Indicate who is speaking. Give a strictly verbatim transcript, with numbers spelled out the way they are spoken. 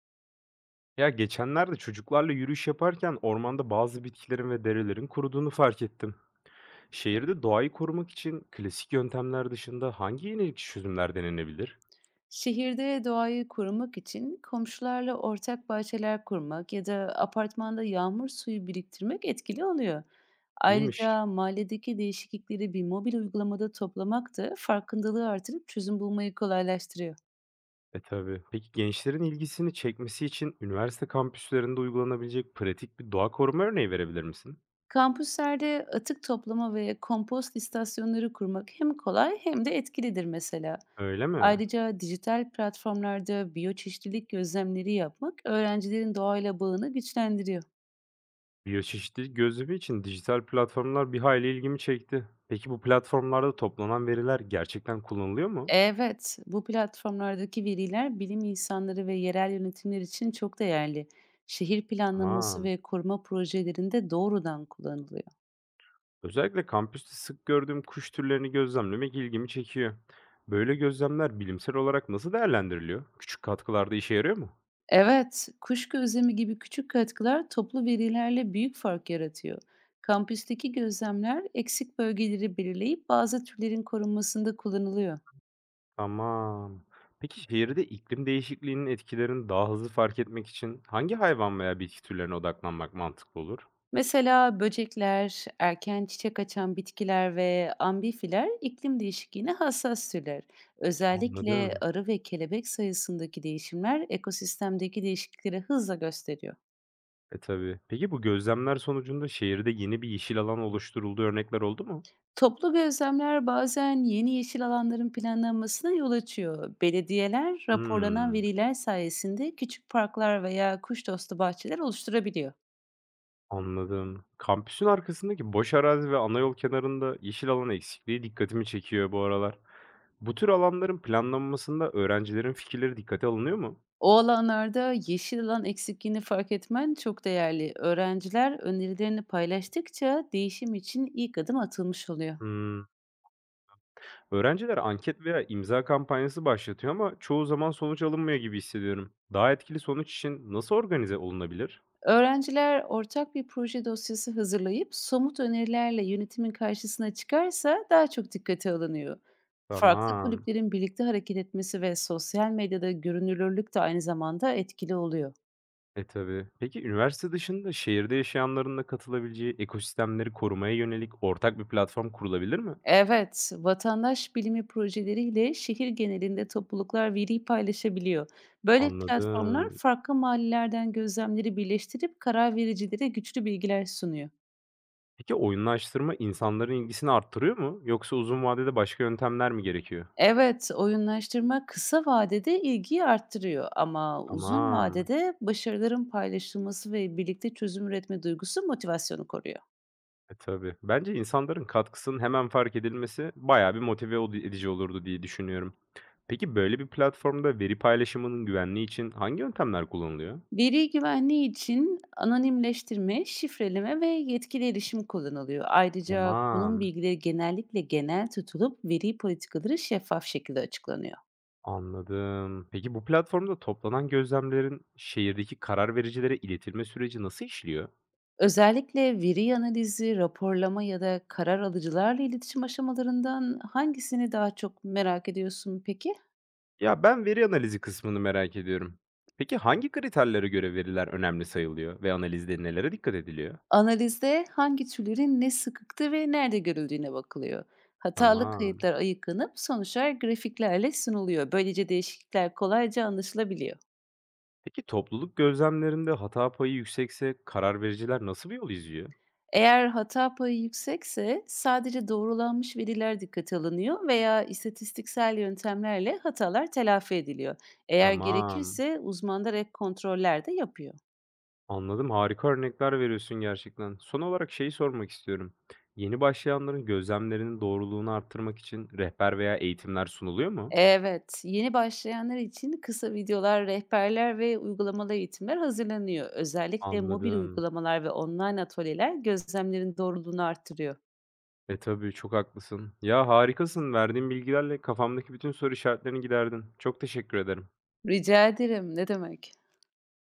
Speaker 1: Ya geçenlerde çocuklarla yürüyüş yaparken ormanda bazı bitkilerin ve derelerin kuruduğunu fark ettim. Şehirde doğayı korumak için klasik yöntemler dışında hangi yenilik çözümler denenebilir?
Speaker 2: Şehirde doğayı korumak için komşularla ortak bahçeler kurmak ya da apartmanda yağmur suyu biriktirmek etkili oluyor.
Speaker 1: İyiymiş.
Speaker 2: Ayrıca mahalledeki değişiklikleri bir mobil uygulamada toplamak da farkındalığı artırıp çözüm bulmayı kolaylaştırıyor.
Speaker 1: E tabii. Peki gençlerin ilgisini çekmesi için üniversite kampüslerinde uygulanabilecek pratik bir doğa koruma örneği verebilir misin?
Speaker 2: Kampüslerde atık toplama ve kompost istasyonları kurmak hem kolay hem de etkilidir mesela.
Speaker 1: Öyle mi?
Speaker 2: Ayrıca dijital platformlarda biyoçeşitlilik gözlemleri yapmak öğrencilerin doğayla bağını güçlendiriyor.
Speaker 1: Biyoçeşitlilik gözlemi için dijital platformlar bir hayli ilgimi çekti. Peki bu platformlarda toplanan veriler gerçekten kullanılıyor mu?
Speaker 2: Evet, bu platformlardaki veriler bilim insanları ve yerel yönetimler için çok değerli. Şehir planlaması
Speaker 1: Tamam.
Speaker 2: ve koruma projelerinde doğrudan kullanılıyor.
Speaker 1: Özellikle kampüste sık gördüğüm kuş türlerini gözlemlemek ilgimi çekiyor. Böyle gözlemler bilimsel olarak nasıl değerlendiriliyor? Küçük katkılarda işe yarıyor mu?
Speaker 2: Evet, kuş gözlemi gibi küçük katkılar toplu verilerle büyük fark yaratıyor. Kampüsteki gözlemler eksik bölgeleri belirleyip bazı türlerin korunmasında kullanılıyor.
Speaker 1: Tamam. Peki şehirde iklim değişikliğinin etkilerini daha hızlı fark etmek için hangi hayvan veya bitki türlerine odaklanmak mantıklı olur?
Speaker 2: Mesela böcekler, erken çiçek açan bitkiler ve amfifiler iklim değişikliğine hassas türler. Özellikle
Speaker 1: Anladım.
Speaker 2: arı ve kelebek sayısındaki değişimler ekosistemdeki değişiklikleri hızla gösteriyor.
Speaker 1: E tabii. Peki bu gözlemler sonucunda şehirde yeni bir yeşil alan oluşturulduğu örnekler oldu mu?
Speaker 2: Toplu gözlemler bazen yeni yeşil alanların planlanmasına yol açıyor. Belediyeler raporlanan
Speaker 1: Hmm.
Speaker 2: veriler sayesinde küçük parklar veya kuş dostu bahçeler oluşturabiliyor.
Speaker 1: Anladım. Kampüsün arkasındaki boş arazi ve ana yol kenarında yeşil alan eksikliği dikkatimi çekiyor bu aralar. Bu tür alanların planlanmasında öğrencilerin fikirleri dikkate alınıyor mu?
Speaker 2: O alanlarda yeşil alan eksikliğini fark etmen çok değerli. Öğrenciler önerilerini paylaştıkça değişim için ilk adım atılmış oluyor.
Speaker 1: Hmm. Öğrenciler anket veya imza kampanyası başlatıyor ama çoğu zaman sonuç alınmıyor gibi hissediyorum. Daha etkili sonuç için nasıl organize olunabilir?
Speaker 2: Öğrenciler ortak bir proje dosyası hazırlayıp somut önerilerle yönetimin karşısına çıkarsa daha çok dikkate alınıyor. Farklı
Speaker 1: Tamam.
Speaker 2: kulüplerin birlikte hareket etmesi ve sosyal medyada görünürlük de aynı zamanda etkili oluyor.
Speaker 1: E tabii. Peki üniversite dışında şehirde yaşayanların da katılabileceği ekosistemleri korumaya yönelik ortak bir platform kurulabilir mi?
Speaker 2: Evet, vatandaş bilimi projeleriyle şehir genelinde topluluklar veriyi paylaşabiliyor. Böyle platformlar
Speaker 1: Anladım.
Speaker 2: farklı mahallelerden gözlemleri birleştirip karar vericilere güçlü bilgiler sunuyor.
Speaker 1: Peki oyunlaştırma insanların ilgisini arttırıyor mu yoksa uzun vadede başka yöntemler mi gerekiyor?
Speaker 2: Evet, oyunlaştırma kısa vadede ilgiyi arttırıyor ama uzun
Speaker 1: Tamam.
Speaker 2: vadede başarıların paylaşılması ve birlikte çözüm üretme duygusu motivasyonu koruyor.
Speaker 1: E, tabii. Bence insanların katkısının hemen fark edilmesi bayağı bir motive ol- edici olurdu diye düşünüyorum. Peki böyle bir platformda veri paylaşımının güvenliği için hangi yöntemler kullanılıyor?
Speaker 2: Veri güvenliği için anonimleştirme, şifreleme ve yetkili erişim kullanılıyor. Ayrıca
Speaker 1: Tamam.
Speaker 2: konum bilgileri genellikle genel tutulup veri politikaları şeffaf şekilde açıklanıyor.
Speaker 1: Anladım. Peki bu platformda toplanan gözlemlerin şehirdeki karar vericilere iletilme süreci nasıl işliyor?
Speaker 2: Özellikle veri analizi, raporlama ya da karar alıcılarla iletişim aşamalarından hangisini daha çok merak ediyorsun peki?
Speaker 1: Ya, ben veri analizi kısmını merak ediyorum. Peki hangi kriterlere göre veriler önemli sayılıyor ve analizde nelere dikkat ediliyor?
Speaker 2: Analizde hangi türlerin ne sıkıktı ve nerede görüldüğüne bakılıyor. Hatalı
Speaker 1: Tamam.
Speaker 2: kayıtlar ayıklanıp sonuçlar grafiklerle sunuluyor. Böylece değişiklikler kolayca anlaşılabiliyor.
Speaker 1: Peki topluluk gözlemlerinde hata payı yüksekse karar vericiler nasıl bir yol izliyor?
Speaker 2: Eğer hata payı yüksekse sadece doğrulanmış veriler dikkate alınıyor veya istatistiksel yöntemlerle hatalar telafi ediliyor. Eğer
Speaker 1: Tamam.
Speaker 2: gerekirse uzmanlar ek kontroller de yapıyor.
Speaker 1: Anladım. Harika örnekler veriyorsun gerçekten. Son olarak şeyi sormak istiyorum. Yeni başlayanların gözlemlerinin doğruluğunu arttırmak için rehber veya eğitimler sunuluyor mu?
Speaker 2: Evet, yeni başlayanlar için kısa videolar, rehberler ve uygulamalı eğitimler hazırlanıyor. Özellikle mobil
Speaker 1: Anladım.
Speaker 2: uygulamalar ve online atölyeler gözlemlerin doğruluğunu artırıyor.
Speaker 1: E, tabii, çok haklısın. Ya, harikasın. Verdiğin bilgilerle kafamdaki bütün soru işaretlerini giderdin. Çok teşekkür ederim.
Speaker 2: Rica ederim, ne demek?